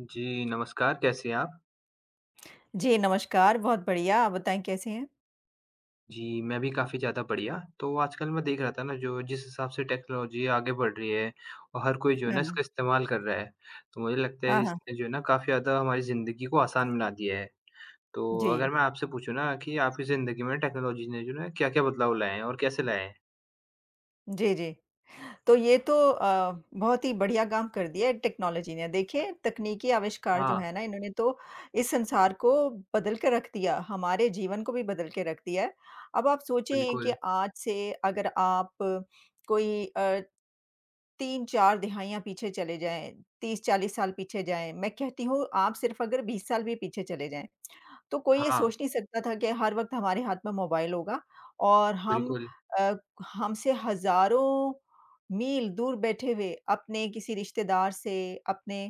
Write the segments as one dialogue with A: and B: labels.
A: जी, नमस्कार, कैसे हैं आप?
B: जी, नमस्कार, बहुत बढ़िया। आप बताएँ कैसे हैं?
A: जी, मैं भी काफ़ी ज़्यादा बढ़िया। तो आजकल मैं देख रहा था ना जो जिस हिसाब से टेक्नोलॉजी आगे बढ़ रही है और हर कोई जो है ना
B: हाँ,
A: इसका इस्तेमाल कर रहा है, तो मुझे लगता है
B: हाँ, हाँ।
A: इसने जो है ना काफ़ी ज़्यादा हमारी ज़िंदगी को आसान बना दिया है। तो
B: जी,
A: अगर मैं आपसे पूछूँ ना कि आपकी ज़िंदगी में टेक्नोलॉजी ने जो है क्या-क्या बदलाव लाए हैं और कैसे लाए हैं?
B: जी, जी। तो ये तो बहुत ही बढ़िया काम कर दिया है टेक्नोलॉजी ने। देखिए, तकनीकी आविष्कार जो
A: हाँ,
B: है ना, इन्होंने तो इस संसार को बदल के रख दिया, हमारे जीवन को भी बदल के रख दिया है। अब आप सोचें कि
A: बिल्कुल।
B: आज से अगर आप कोई 3-4 दिहाइयाँ पीछे चले जाएँ, 30-40 साल पीछे जाएँ, मैं कहती हूँ आप सिर्फ़ अगर 20 साल भी पीछे चले जाएँ। तो कोई ये
A: हाँ,
B: सोच नहीं सकता था कि हर वक़्त हमारे हाथ में मोबाइल होगा और हम
A: बिल्कुल,
B: अ, हमसे हज़ारों मील दूर बैठे हुए अपने किसी रिश्तेदार से, अपने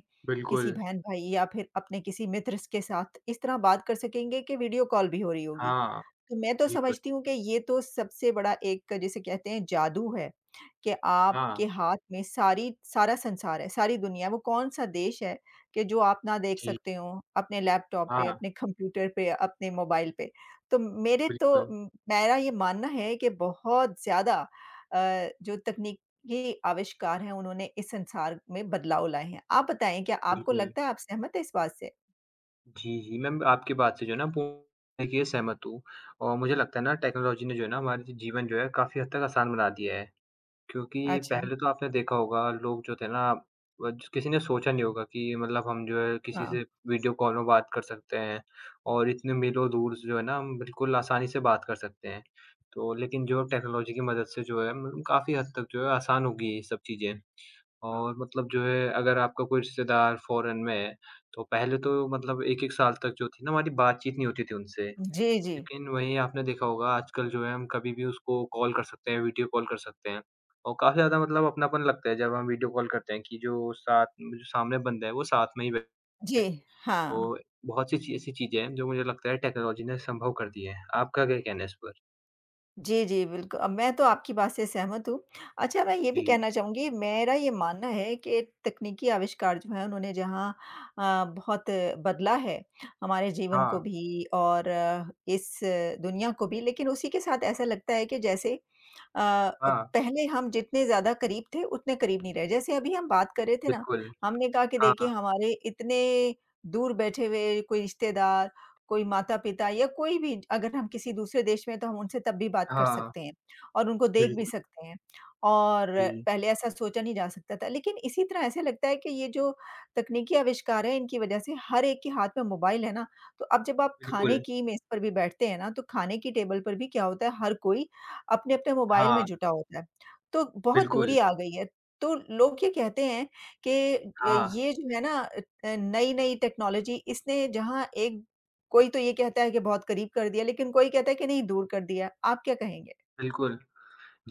B: किसी
A: बिल्कुल।
B: बहन-भाई या फिर अपने किसी मित्र स के साथ इस तरह बात कर सकेंगे कि वीडियो कॉल भी हो रही होगी।
A: हाँ,
B: तो मैं तो
A: बिल्कुल।
B: समझती हूँ कि ये तो सबसे बड़ा एक जिसे कहते हैं जादू है, कि
A: हाँ,
B: आपके हाथ में सारी सारा संसार है, सारी दुनिया है, वो कौन-सा देश है कि जो आप ना देख
A: जी।
B: सकते हो अपने लैपटॉप पे,
A: हाँ,
B: अपने कंप्यूटर पे, अपने मोबाइल पे। तो मेरे तो
A: बिल्कुल,
B: मेरा ये मानना है कि बहुत ज़्यादा जो तकनीकी आविष्कार हैं उन्होंने इस संसार में बदलाव लाए हैं। आप बताएँ क्या आपको
A: बिल्कुल।
B: लगता है आप सहमत हैं इस बात से?
A: जी, जी, मैं आपकी बात से जो है ना पूर्ण देखिए सहमत हूँ और मुझे लगता है ना टेक्नोलॉजी ने जो है ना हमारे जीवन जो है काफ़ी हद तक आसान बना दिया है। क्योंकि
B: अच्छा,
A: पहले तो आपने देखा होगा लोग जो थे ना व किसी ने सोचा नहीं होगा कि मतलब हम जो है किसी
B: हाँ।
A: से वीडियो कॉल में बात कर सकते हैं और इतने मीलों दूर से जो है ना हम बिल्कुल आसानी से बात कर सकते हैं। तो लेकिन जो टेक्नोलॉजी की मदद से जो है काफ़ी हद तक जो है आसान हो गई ये सब चीज़ें। और मतलब जो है अगर आपका कोई रिश्तेदार फ़ॉरेन में है, तो पहले तो मतलब 1-1 साल तक जो थी ना हमारी बातचीत नहीं होती थी उनसे।
B: जी, जी।
A: लेकिन वहीं आपने देखा होगा आजकल जो है हम कभी भी उसको कॉल कर सकते हैं, वीडियो कॉल कर सकते हैं और काफ़ी ज़्यादा मतलब अपनापन लगता है जब हम वीडियो कॉल करते हैं कि जो साथ जो सामने बंदा है वो साथ में ही बै
B: जी,
A: तो
B: हाँ।
A: बहुत सी ची ऐसी चीज़ें हैं जो मुझे लगता है टेक्नोलॉजी ने संभव कर दी है। आपका क्या कहना है इस पर?
B: जी, जी, बिल्कु मैं तो आपकी बात से सहमत हूँ। अच्छा मैं ये भी
A: जी।
B: कहना चाहूँगी मेरा ये मानना है कि तकनीकी आविष्कार जो हैं उन्होंने जहाँ बहुत बदला है, हमारे जीवन
A: हाँ,
B: को भी और इस दुनिया को भी, लेकिन उसी के साथ ऐसा लगता है कि जैसे
A: हाँ,
B: पहले हम जितने ज़्यादा करीब थे उतने करीब नहीं रहे। जैसे अभी हम बात कर रहे थे ना,
A: बिल्कुल।
B: हमने कहा कि देखिए
A: हाँ,
B: हमारे इतने दूर बैठे हुए कोई रिश्तेदार कोई माता-पिता या कोई भी अगर हम किसी दूसरे देश में हैं, तो हम उनसे तब भी बात कर
A: हाँ,
B: सकते हैं और उनको देख भी
A: बिल्कुल।
B: सकते हैं और
A: जी,
B: पहले ऐसा सोचा नहीं जा सकता था। लेकिन इसी तरह ऐसे लगता है कि ये जो तकनीकी आविष्कार है, इनकी वजह से हर एक के हाथ में मोबाइल है ना, तो अब जब आप खाने
A: बिल्कुल।
B: की मेज़ पर भी बैठते हैं ना, तो खाने की टेबल पर भी क्या होता है, हर कोई अपने-अपने मोबाइल में
A: हाँ,
B: जुटा होता है। तो बहुत
A: बिल्कुल।
B: दूरी आ गई है। तो लोग ये कहते हैं कि
A: हाँ,
B: ये जो है ना नई-नई टेक्नोलॉजी इसने जहाँ एक कोई तो ये कहता है कि बहुत करीब कर दिया, लेकिन कोई कहता है कि नहीं दूर कर दिया। आप क्या कहेंगे?
A: बिल्कुल।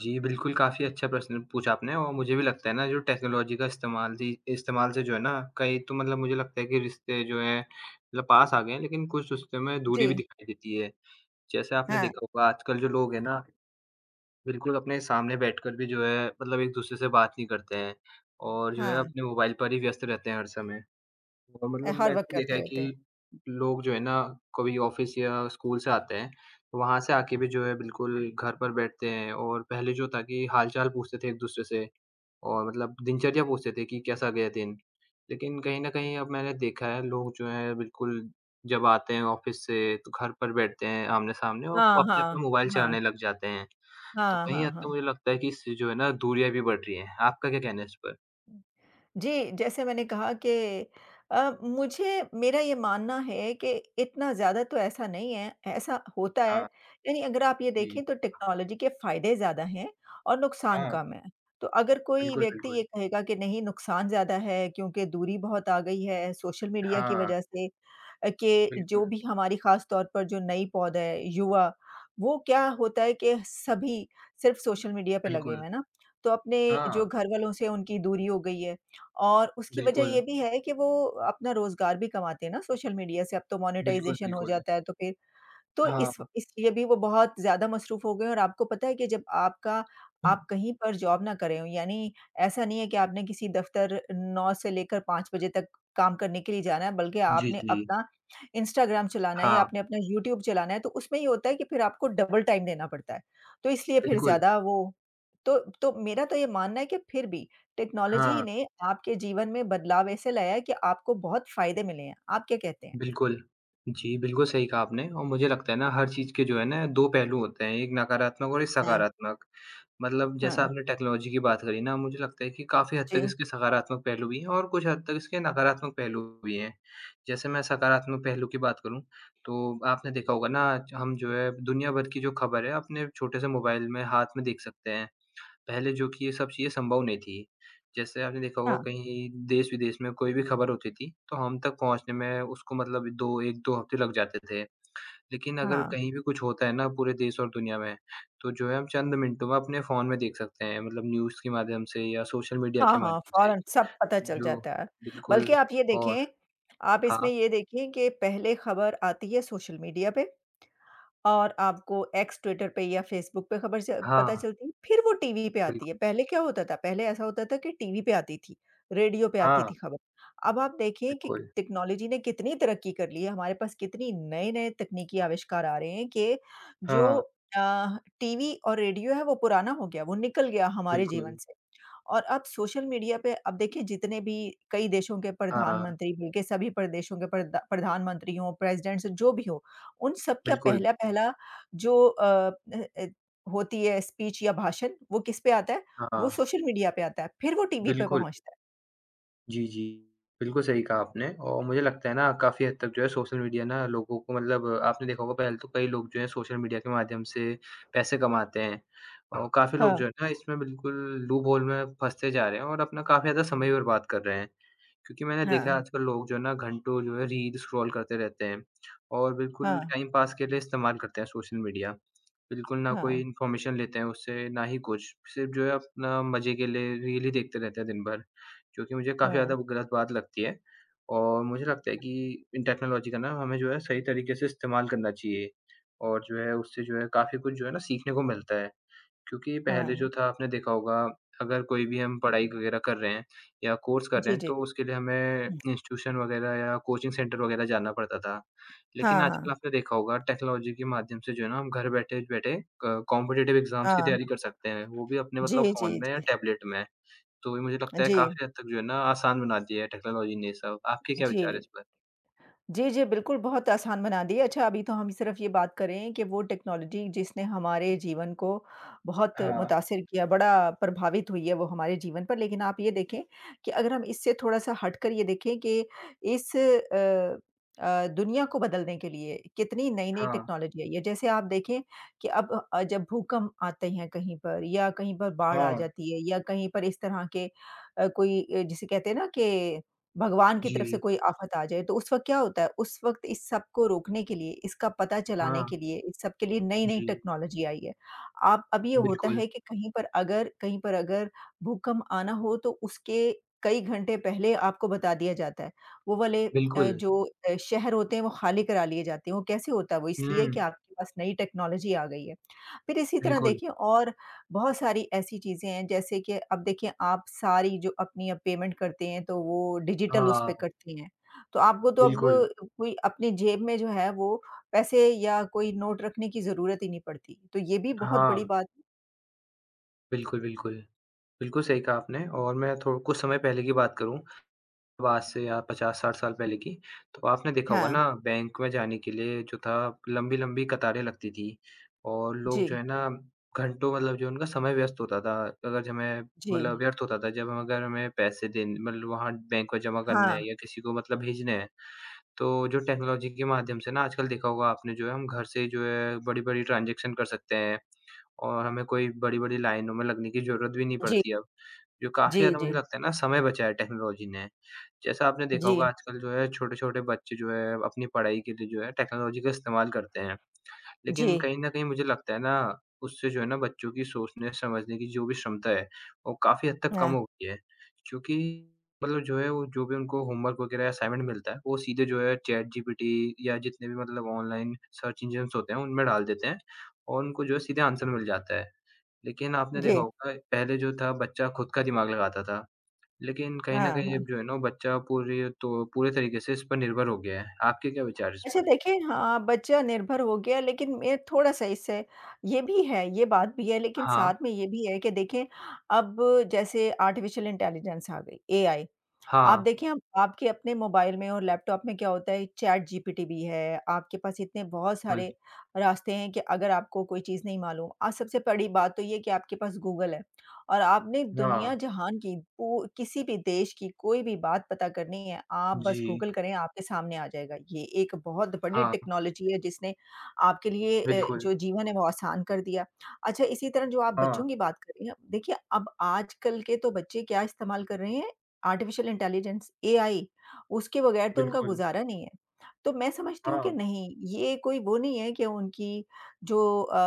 A: जी, बिल्कुल, काफ़ी अच्छा प्रश्न पूछा आपने और मुझे भी लगता है ना, जो टेक्नोलॉजी का इस्तेमाल जी इस्तेमाल से जो है ना, कई तो मतलब मुझे लगता है कि रिश्ते जो हैं, मतलब पास आ गए हैं, लेकिन कुछ रिश्ते में दूरी भी
B: जी,
A: दिखाई देती है। जैसे आपने
B: हाँ,
A: देखा होगा, आजकल जो लोग हैं ना, बिल्कुल अपने सामने बैठकर भी जो है, मतलब एक-दूसरे से बात नहीं करते हैं और जो है,
B: हाँ,
A: अपने मोबाइल पर ही व्यस्त रहते हैं हर समय। और मतलब
B: हर
A: मैंने
B: वक़्त
A: तो देखा है
B: करते
A: कि
B: रहते हैं।
A: लोग जो है ना, कभी ऑफ़िस या स्कूल से आते हैं, तो वहाँ से आके भी जो है बिल्कुल घर पर बैठते हैं और पहले जो था कि हाल-चाल पूछते थे एक-दूसरे से और मतलब दिनचर्या पूछते थे कि कैसा गया दिन। लेकिन कहीं न कहीं अब मैंने देखा है लोग जो हैं बिल्कुल जब आते हैं ऑफ़िस से तो घर पर बैठते हैं आमने-सामने और
B: हाँ,
A: अपने-अपने
B: हाँ,
A: मोबाइल
B: हाँ,
A: चलाने लग जाते हैं। तो
B: हाँ,
A: कहीं
B: हाँ,
A: हद तक
B: हाँ।
A: मुझे लगता है कि इससे जो है ना दूरियाँ भी बढ़ रही हैं। आपका क्या कहना है इस पर?
B: जी, जैसे मैंने कहा कि मुझे मेरा ये मानना है कि इतना ज़्यादा तो ऐसा नहीं है, ऐसा होता है।
A: हाँ,
B: यानी अगर आप ये
A: जी।
B: देखें तो टेक्नोलॉजी के फ़ायदे ज़्यादा हैं और नुकसान
A: हाँ,
B: कम हैं। तो अगर कोई
A: बिल्कुल,
B: व्यक्ति
A: बिल्कुल।
B: ये कहेगा कि नहीं नुकसान ज़्यादा है क्योंकि दूरी बहुत आ गई है सोशल मीडिया की
A: हाँ,
B: वजह से के जो
A: बिल्कुल।
B: भी हमारी ख़ास तौर पर जो नई पौधा है, युवा, वो क्या होता है कि सभी सिर्फ़ सोशल मीडिया पे लगे
A: बिल्कुल,
B: हुए हैं ना, तो अपने जो
A: हाँ,
B: घरवालों से उनकी दूरी हो गई है और उसकी वजह
A: बिल्कुल,
B: ये भी है कि वो अपना रोज़गार भी कमाते हैं ना सोशल मीडिया से, अब तो
A: बिल्कुल,
B: मोनेटाइज़ेशन हो
A: बिल्कुल।
B: जाता है, तो फिर तो इस
A: हाँ,
B: इसलिए भी वो बहुत ज़्यादा मसरूफ़ हो गए और आपको पता है कि जब आपका आप कहीं पर जॉब ना कर रहे हो, यानी ऐसा नहीं है कि आपने किसी दफ़्तर 9 से लेकर 5 बजे तक काम करने के लिए जाना है, बल्कि
A: जी,
B: आपने
A: जी,
B: अपना इंस्टाग्राम चलाना है या
A: हाँ,
B: आपने अपना यूट्यूब चलाना है, तो उसमें ये होता है कि फिर आपको डबल टाइम देना पड़ता है। तो इसलिए फिर
A: बिल्कुल,
B: ज़्यादा वो तो मेरा तो ये मानना है कि फिर भी टेक्नोलॉजी
A: हाँ,
B: ने आपके जीवन में बदलाव ऐसे लाया है कि आपको बहुत फ़ायदे मिले हैं। आप क्या कहते हैं?
A: बिल्कुल। जी, बिल्कुल सही कहा आपने और मुझे लगता है ना हर चीज़ के जो है ना 2 पहलू होते हैं, एक नकारात्मक और एक
B: हाँ।
A: सकारात्मक। मतलब
B: हाँ,
A: जैसा आपने टेक्नोलॉजी की बात करी ना, मुझे लगता है कि काफ़ी हद
B: जी।
A: तक इसके सकारात्मक पहलू भी हैं और कुछ हद तक इसके नकारात्मक पहलू भी हैं। जैसे मैं सकारात्मक पहलू की बात करूँ, तो आपने देखा होगा ना हम जो है दुनिया भर की जो खबर है अपने छोटे से मोबाइल में हाथ में देख सकते हैं। पहले जो कि ये सब चीज़ें संभव नहीं थी। जैसे आपने देखा होगा
B: हाँ,
A: कहीं देश-विदेश में कोई भी खबर होती थी, तो हम तक पहुँचने में उसको मतलब 2 1-2 हफ़्ते लग जाते थे। लेकिन अगर
B: हाँ।
A: कहीं भी कुछ होता है ना पूरे देश और दुनिया में, तो जो है हम चंद मिनटों में अपने फ़ोन में देख सकते हैं, मतलब न्यूज़ के माध्यम से या सोशल मीडिया
B: हाँ,
A: के
B: हाँ,
A: माध्यम से।
B: फ़ौरन सब पता चल
A: जो
B: जाता है। बल्कि
A: बिल्कुल
B: आप ये
A: और
B: देखें आप
A: हाँ,
B: इसमें ये देखें कि पहले खबर आती है सोशल मीडिया पे और आपको एक्स, ट्विटर पे या फ़ेसबुक पे खबर च पता
A: हाँ,
B: चलती है, फिर वो टीवी पे आती
A: बिल्कुल,
B: है। पहले क्या होता था? पहले ऐसा होता था कि टीवी पे आती थी, रेडियो पे आती
A: हाँ,
B: थी खबर। अब आप देखिए कि
A: बिल्कुल,
B: टेक्नोलॉजी ने कितनी तरक्की कर ली है, हमारे पास कितनी नए-नए तकनीकी आविष्कार आ रहे हैं कि जो
A: हाँ,
B: अ, टीवी और रेडियो है वो पुराना हो गया, वो निकल गया हमारे जीवन
A: बिल्कुल,
B: से। और अब सोशल मीडिया पे अब देखिए जितने भी कई देशों के
A: हाँ,
B: प्रधानमंत्री मिलके सभी प्रदेशों के प्रधा प्रधानमंत्री हों, प्रेज़िडेंट्स जो भी हो, उन सब का
A: बिल्कुल,
B: पहला-पहला जो अ अ, होती है स्पीच या भाषण, वो किस पे आता है? वो
A: हाँ,
B: सोशल मीडिया पे आता है, फिर वो टीवी पे
A: बिल्कुल।
B: पहुँचता
A: जी, जी। बिल्कुल सही कहा आपने और मुझे लगता है ना काफ़ी हद तक जो है सोशल मीडिया ना लोगों को मतलब आपने देखा होगा पहले तो कई लोग जो हैं सोशल मीडिया के माध्यम से पैसे कमाते हैं हाँ। और काफ़ी
B: हाँ।
A: लोग जो
B: है।
A: है ना इसमें बिल्कुल लूप होल में फँसते जा रहे हैं और अपना काफ़ी ज़्यादा समय बर्बाद कर रहे हैं। क्योंकि मैंने देखा है
B: हाँ,
A: आजकल लोग जो है ना घंटों जो है रील स्क्रॉल करते रहते हैं और बिल्कुल
B: हाँ,
A: टाइम पास के लिए इस्तेमाल करते हैं सोशल मीडिया। बिल्कुल ना
B: हाँ,
A: कोई
B: हाँ,
A: इन्फॉर्मेशन लेते हैं उससे, ना ही कुछ। सिर्फ़ जो है अपना मज़े के लिए रील ही देखते रहते हैं दिन भर, जो कि मुझे काफ़ी
B: हाँ।
A: ज़्यादा गलत बात लगती है। और मुझे लगता है कि इन टेक्नोलॉजी का ना हमें जो है सही तरीके से इस्तेमाल करना चाहिए और जो है उससे जो है काफ़ी कुछ जो है ना सीखने को मिलता है। क्योंकि पहले
B: हाँ
A: जो था आपने देखा होगा अगर कोई भी हम पढ़ाई वगैरह कर रहे हैं या कोर्स कर रहे
B: जी,
A: हैं
B: जी।
A: तो उसके लिए हमें
B: हुँ,
A: इंस्टीट्यूशन वगैरह या कोचिंग सेंटर वगैरह जाना पड़ता था। लेकिन
B: हाँ,
A: आजकल
B: हाँ।
A: आपने देखा होगा टेक्नोलॉजी के माध्यम से जो है ना हम घर बैठे-बैठे क कॉम्पिटिटिव एग्ज़ाम्स की
B: हाँ,
A: तैयारी कर सकते हैं, वो भी अपने
B: जी,
A: मतलब
B: जी,
A: फ़ोन में या
B: जी।
A: टैबलेट में। तो ये मुझे लगता है
B: जी,
A: काफ़ी हद तक जो है ना आसान बना दिया है टेक्नोलॉजी ने ये सब। आपके क्या
B: जी।
A: विचार है इस पर?
B: जी, जी, बिल्कुल, बहुत आसान बना दिए। अच्छा अभी तो हम सिर्फ़ ये बात करें कि वो टेक्नोलॉजी जिसने हमारे जीवन को बहुत
A: हाँ,
B: मुतासिर किया, बड़ा प्रभावित हुई है वो हमारे जीवन पर। लेकिन आप ये देखें कि अगर हम इससे थोड़ा-सा हटकर ये देखें कि इस दुनिया को बदलने के लिए कितनी नई-नई
A: हाँ,
B: टेक्नोलॉजी आई है। जैसे आप देखें कि अब जब भूकंप आते हैं कहीं पर या कहीं पर बाढ़ आ
A: हाँ,
B: जाती है या कहीं पर इस तरह के कोई जिसे कहते हैं ना कि भगवान की तरफ से
A: जी,
B: कोई आफ़त आ जाए, तो उस वक़्त क्या होता है, उस वक़्त इस सब को रोकने के लिए, इसका पता चलाने
A: हाँ,
B: के लिए, इस सब के लिए नई-नई
A: जी,
B: टेक्नोलॉजी आई है। आप अब ये होता
A: बिल्कुल,
B: है कि कहीं पर अगर भूकंप आना हो तो उसके कई घंटे पहले आपको बता दिया जाता है। वो वाले
A: बिल्कुल।
B: जो शहर होते हैं वो खाली करा लिए जाते हैं, वो कैसे होता है वो इसलिए
A: हुँ,
B: कि आपके पास नई टेक्नोलॉजी आ गई है। फिर इसी तरह
A: बिल्कुल,
B: देखिए और बहुत सारी ऐसी चीज़ें हैं जैसे कि अब देखिए आप सारी जो अपनी अब पेमेंट करते हैं तो वो डिजिटल उस
A: हाँ।
B: पे करती हैं। तो आपको तो अब
A: बिल्कुल,
B: कोई अपनी जेब में जो है वो पैसे या कोई नोट रखने की ज़रूरत ही नहीं पड़ती। तो ये भी बहुत बड़ी
A: हाँ,
B: बात है।
A: बिल्कुल, बिल्कुल। बिल्कुल सही कहा आपने और मैं थो कुछ समय पहले की बात करूँ, अब आज से या 50-60 साल पहले की, तो आपने देखा होगा
B: हाँ,
A: ना बैंक में जाने के लिए जो था लंबी-लंबी कतारें लगती थी और लोग जो
B: जी,
A: है ना घंटों मतलब जो उनका समय व्यस्त होता था। अगर हमें
B: जी,
A: मतलब व्यर्थ होता था जब हम अगर हमें पैसे देन मतलब वहाँ बैंक में जमा करने
B: हाँ,
A: हैं या किसी को मतलब भेजने हैं। तो जो टेक्नोलॉजी के माध्यम से ना आजकल देखा होगा आपने जो है हम घर से ही जो है बड़ी-बड़ी ट्रांज़ैक्शन कर सकते हैं। और हमें कोई बड़ी-बड़ी लाइनों में लगने की ज़रूरत भी नहीं
B: जी,
A: पड़ती अब, जो काफ़ी
B: जी,
A: ज़्यादा
B: जी,
A: मुझे लगता है ना समय बचाया है टेक्नोलॉजी ने। जैसा आपने देखा होगा
B: जी,
A: आजकल जो है छोटे-छोटे बच्चे जो है अपनी पढ़ाई के लिए जो है टेक्नोलॉजी का इस्तेमाल करते हैं। लेकिन
B: जी,
A: कहीं न कहीं मुझे लगता है ना उससे जो है ना बच्चों की सोचने समझने की जो भी क्षमता है, वो काफ़ी हद तक कम
B: हाँ,
A: हो गई है। क्योंकि मतलब जो है वो जो भी उनको होमवर्क वगैरह असाइनमेंट मिलता है, वो सीधे जो है चैट जीपीटी या जितने भी मतलब ऑनलाइन सर्च इंजिन्स होते हैं उनमें डाल देते हैं और उनको जो है सीधे आंसर मिल जाता है। लेकिन आपने देखा
B: जी,
A: होगा पहले जो था बच्चा खुद का दिमाग लगाता था, लेकिन कहीं न
B: हाँ,
A: कहीं अब
B: हाँ।
A: जो है ना बच्चा पूरी तो पूरे तरीके से इस पर निर्भर हो गया है। आपके क्या विचार इस
B: अच्छा
A: पर?
B: देखिए हाँ, बच्चा निर्भर हो गया लेकिन मैं थोड़ा-सा इससे ये भी है, ये बात भी है लेकिन
A: हाँ,
B: साथ में ये भी है कि देखिए अब जैसे आर्टिफ़िशियल इंटेलिजेंस आ गई, एआई। आप
A: हाँ,
B: देखिए अब आपके अपने मोबाइल में और लैपटॉप में क्या होता है चैट जीपीटी भी है, आपके पास इतने बहुत
A: बिल्कुल।
B: सारे रास्ते हैं कि अगर आपको कोई चीज़ नहीं मालूम आज सबसे बड़ी बात तो ये है कि आपके पास गूगल है। और आपने
A: हाँ,
B: दुनिया जहान की पू किसी भी देश की कोई भी बात पता करनी है, आप
A: जी।
B: बस गूगल करें, आपके सामने आ जाएगा। ये एक बहुत बड़ी
A: हाँ,
B: टेक्नोलॉजी है जिसने आपके लिए
A: बिल्कुल।
B: जो जीवन है वो आसान कर दिया। अच्छा इसी तरह जो आप
A: हाँ,
B: बच्चों की बात कर रही हैं, देखिए अब आजकल के तो बच्चे क्या इस्तेमाल कर रहे हैं, आर्टिफ़िशियल इंटेलिजेंस एआई उसके बगैर तो उनका
A: बिल्कुल।
B: गुज़ारा नहीं है। तो मैं समझती हूँ कि
A: हाँ,
B: नहीं, ये कोई वो नहीं है कि उनकी जो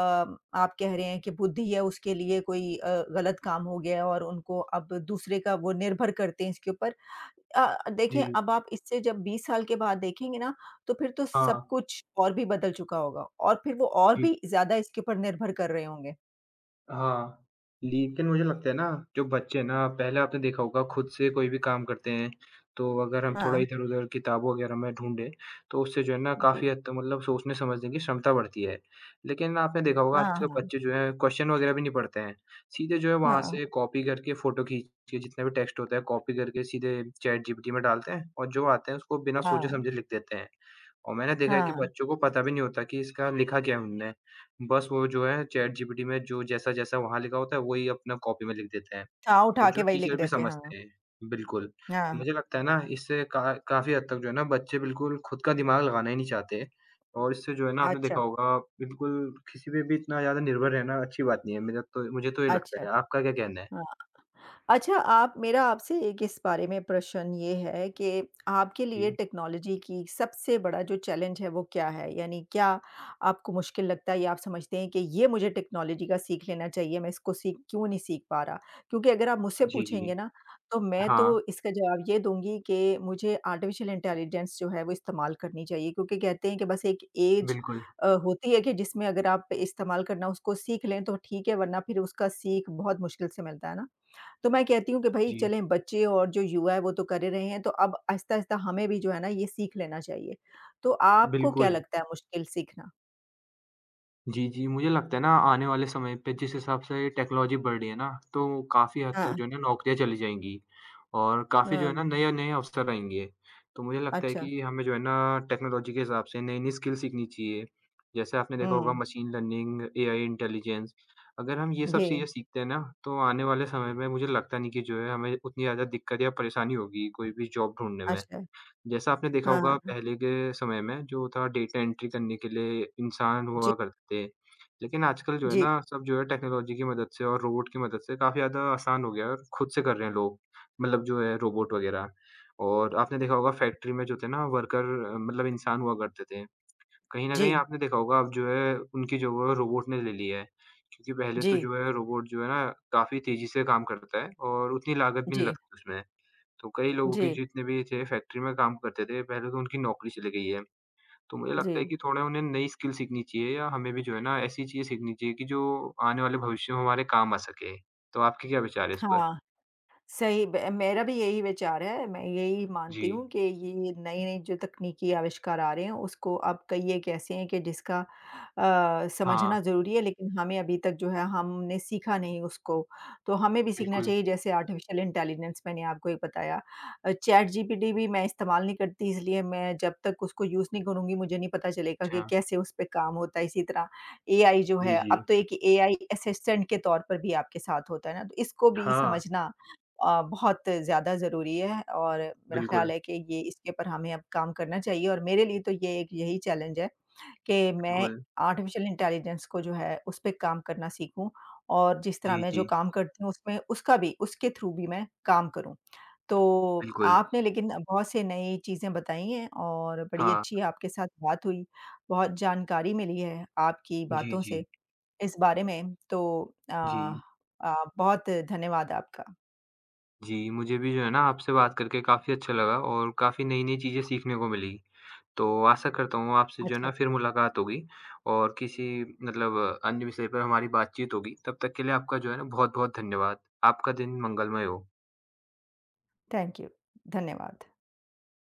B: आप कह रहे हैं कि बुद्धि है उसके लिए कोई गलत काम हो गया है और उनको अब दूसरे का वो निर्भर करते हैं इसके ऊपर। देखिए
A: जी।
B: अब आप इससे जब 20 साल के बाद देखेंगे ना, तो फिर तो सब
A: हाँ,
B: कुछ और भी बदल चुका होगा और फिर वो और
A: जी।
B: भी ज़्यादा इसके ऊपर निर्भर कर रहे होंगे।
A: हाँ, लेकिन मुझे लगता है ना, जो बच्चे हैं ना, पहले आपने देखा होगा खुद से कोई भी काम करते हैं, तो अगर हम हुँ। थोड़ा
B: हाँ,
A: इधर-उधर किताबों वगैरह में ढूँढे, तो उससे जो है ना
B: जी।
A: काफ़ी हद तक मतलब सोचने-समझने की क्षमता बढ़ती है। लेकिन आपने देखा होगा
B: हाँ,
A: आजकल
B: हाँ।
A: बच्चे जो हैं क्वेश्चन वगैरह भी नहीं पढ़ते हैं, सीधे जो है वहाँ से
B: हाँ,
A: कॉपी करके फ़ोटो खींच के जितना भी टेक्स्ट होता है, कॉपी करके सीधे चैट जीपीटी में डालते हैं और जो आता है उसको बिना
B: हाँ,
A: सोचे-समझे लिख देते हैं। और मैंने देखा है कि
B: हाँ।
A: बच्चों को पता भी नहीं होता कि इसका लिखा क्या है उनने। बस वो जो है चैट जीपीटी में जो जैसा-जैसा वहाँ लिखा होता है वही अपना कॉपी में लिख देते हैं
B: हाँ,
A: और
B: उठा
A: जो
B: के वही लिख
A: टीचर भी
B: देते हैं।
A: समझते हैं। बिल्कुल,
B: हाँ,
A: तो
B: हाँ।
A: मुझे लगता है ना इससे का काफ़ी हद तक जो है ना बच्चे बिल्कुल खुद का दिमाग लगाना ही नहीं चाहते और इससे जो है ना आपने देखा
B: अच्छा,
A: होगा बिल्कुल किसी पे भी इतना ज़्यादा निर्भर रहना अच्छी बात नहीं है। मेरा तो मुझे तो ये लगता
B: अच्छा।
A: है। आपका क्या कहना है?
B: हाँ। अच्छा आप मेरा आपसे एक इस बारे में प्रश्न ये है कि आपके
A: जी।
B: लिए टेक्नोलॉजी की सबसे बड़ा जो चैलेंज है वो क्या है? यानी क्या आपको मुश्किल लगता है या आप समझते हैं कि ये मुझे टेक्नोलॉजी का सीख लेना चाहिए, मैं इसको सीख क्यों नहीं सीख पा रहा? क्योंकि अगर आप मुझसे
A: जी, जी।
B: पूछेंगे ना तो मैं तो
A: हाँ,
B: इसका जवाब ये दूँगी कि मुझे आर्टिफ़िशियल इंटेलिजेंस जो है वो इस्तेमाल करनी चाहिए क्योंकि कहते हैं कि बस एक ऐज
A: बिल्कुल।
B: होती है कि जिसमें अगर आप इस्तेमाल करना उसको सीख लें तो ठीक है वरना फिर उसका सीख बहुत मुश्किल से मिलता है ना? तो मैं कहती हूँ कि भई
A: जी,
B: चलें बच्चे और जो युवा है वो तो कर ही रहे हैं, तो अब आहिस्ता-आहिस्ता हमें भी जो है ना ये सीख लेना चाहिए। तो आपको क्या
A: बिल्कुल।
B: लगता है मुश्किल सीखना?
A: जी, जी। मुझे लगता है ना आने वाले समय पे जिस हिसाब से टेक्नोलॉजी बढ़ रही है ना, तो काफ़ी हद तक
B: हाँ,
A: जो है ना नौकरियाँ चली जाएँगी और काफ़ी जो
B: हाँ,
A: है ना नए-नए अवसर आएँगे। तो मुझे लगता है
B: अच्छा।
A: कि हमें जो है ना टेक्नोलॉजी के हिसाब से नई-नई स्किल सीखनी चाहिए। जैसे आपने देखा होगा
B: हुँ,
A: मशीन लर्निंग, एआई इंटेलिजेंस अगर हम ये सब
B: जी,
A: चीज़ें सीखते हैं ना, तो आने वाले समय में मुझे लगता नहीं कि जो है हमें उतनी ज़्यादा दिक्कत या परेशानी होगी कोई भी जॉब ढूँढने में।
B: अच्छा।
A: जैसा आपने देखा
B: हाँ,
A: होगा
B: हाँ।
A: पहले के समय में जो था डेटा एंट्री करने के लिए इंसान
B: जी,
A: हुआ करते थे। लेकिन आजकल जो है
B: जी,
A: ना सब जो है टेक्नोलॉजी की मदद से और रोबोट की मदद से काफ़ी ज़्यादा आसान हो गया है और खुद से कर रहे हैं लोग। मतलब जो है रोबोट वग़ैरह और आपने देखा होगा फैक्ट्री में जो थे ना वर्कर मतलब इंसान हुआ करते थे। कहीं न कहीं
B: जी,
A: आपने देखा होगा अब जो है उनकी जगह रोबोट ने ले ली है। क्योंकि पहले तो
B: जी,
A: जो है रोबोट जो है ना काफ़ी तेज़ी से काम करता है और उतनी लागत भी नहीं
B: जी,
A: लगती उसमें। तो कई लोगों की
B: जी,
A: जितने भी थे फैक्ट्री में काम करते थे, पहले तो उनकी नौकरी चली गई है। तो मुझे
B: जी।
A: लगता है कि थोड़ा उन्हें नई स्किल सीखनी चाहिए या हमें भी जो है ना ऐसी चीज़ें सीखनी चाहिए कि जो आने वाले भविष्य में हमारे काम आ सके। तो आपके क्या विचार है इस पर?
B: हाँ। सही ब मेरा भी यही विचार है। मैं यही
A: जी।
B: मानती हूँ कि ये नई-नई जो तकनीकी आविष्कार आ रहे हैं, उसको अब कई एक ऐसे हैं कि जिसका
A: हाँ,
B: समझना ज़रूरी है, लेकिन हमें अभी तक जो है हमने सीखा नहीं उसको। तो हमें भी सीखना
A: बिल्कुल।
B: चाहिए जैसे आर्टिफ़िशियल इंटेलिजेंस मैंने आपको एक बताया। चैट जीपीटी भी मैं इस्तेमाल नहीं करती इसलिए मैं जब तक उसको यूज़ नहीं करूँगी मुझे नहीं पता चलेगा कि
A: अच्छा।
B: कैसे उस पे काम होता है। इसी तरह एआई जो
A: जी,
B: है
A: जी।
B: अब तो एक एआई असिस्टेंट के तौर पर भी आपके साथ होता है ना, तो इसको भी
A: हाँ,
B: समझना बहुत ज़्यादा ज़रूरी है और मेरा
A: बिल्कुल,
B: ख़्याल है कि ये इसके ऊपर हमें अब काम करना चाहिए और मेरे लिए तो ये एक यही चैलेंज है कि मैं
A: बिल्कुल।
B: आर्टिफ़िशियल इंटेलिजेंस को जो है उस पे काम करना सीखूँ और जिस तरह
A: जी,
B: मैं जो
A: जी,
B: काम करती हूँ उसमें उसका भी उसके थ्रू भी मैं काम करूँ। तो
A: बिल्कुल।
B: आपने लेकिन बहुत से नई चीज़ें बताई हैं और बड़ी
A: हाँ।
B: अच्छी आपके साथ बात हुई, बहुत जानकारी मिली है आपकी
A: जी,
B: बातों
A: जी,
B: से इस बारे में तो अ
A: जी।
B: बहुत धन्यवाद आपका।
A: जी, मुझे भी जो है ना आपसे बात करके काफ़ी अच्छा लगा और काफ़ी नई-नई चीज़ें सीखने को मिली। तो आशा करता हूँ आपसे जो है
B: अच्छा
A: ना फिर मुलाकात होगी और किसी मतलब अन्य विषय पर हमारी बातचीत होगी। तब तक के लिए आपका जो है ना बहुत-बहुत धन्यवाद। आपका दिन मंगलमय हो।
B: Thank you. धन्यवाद।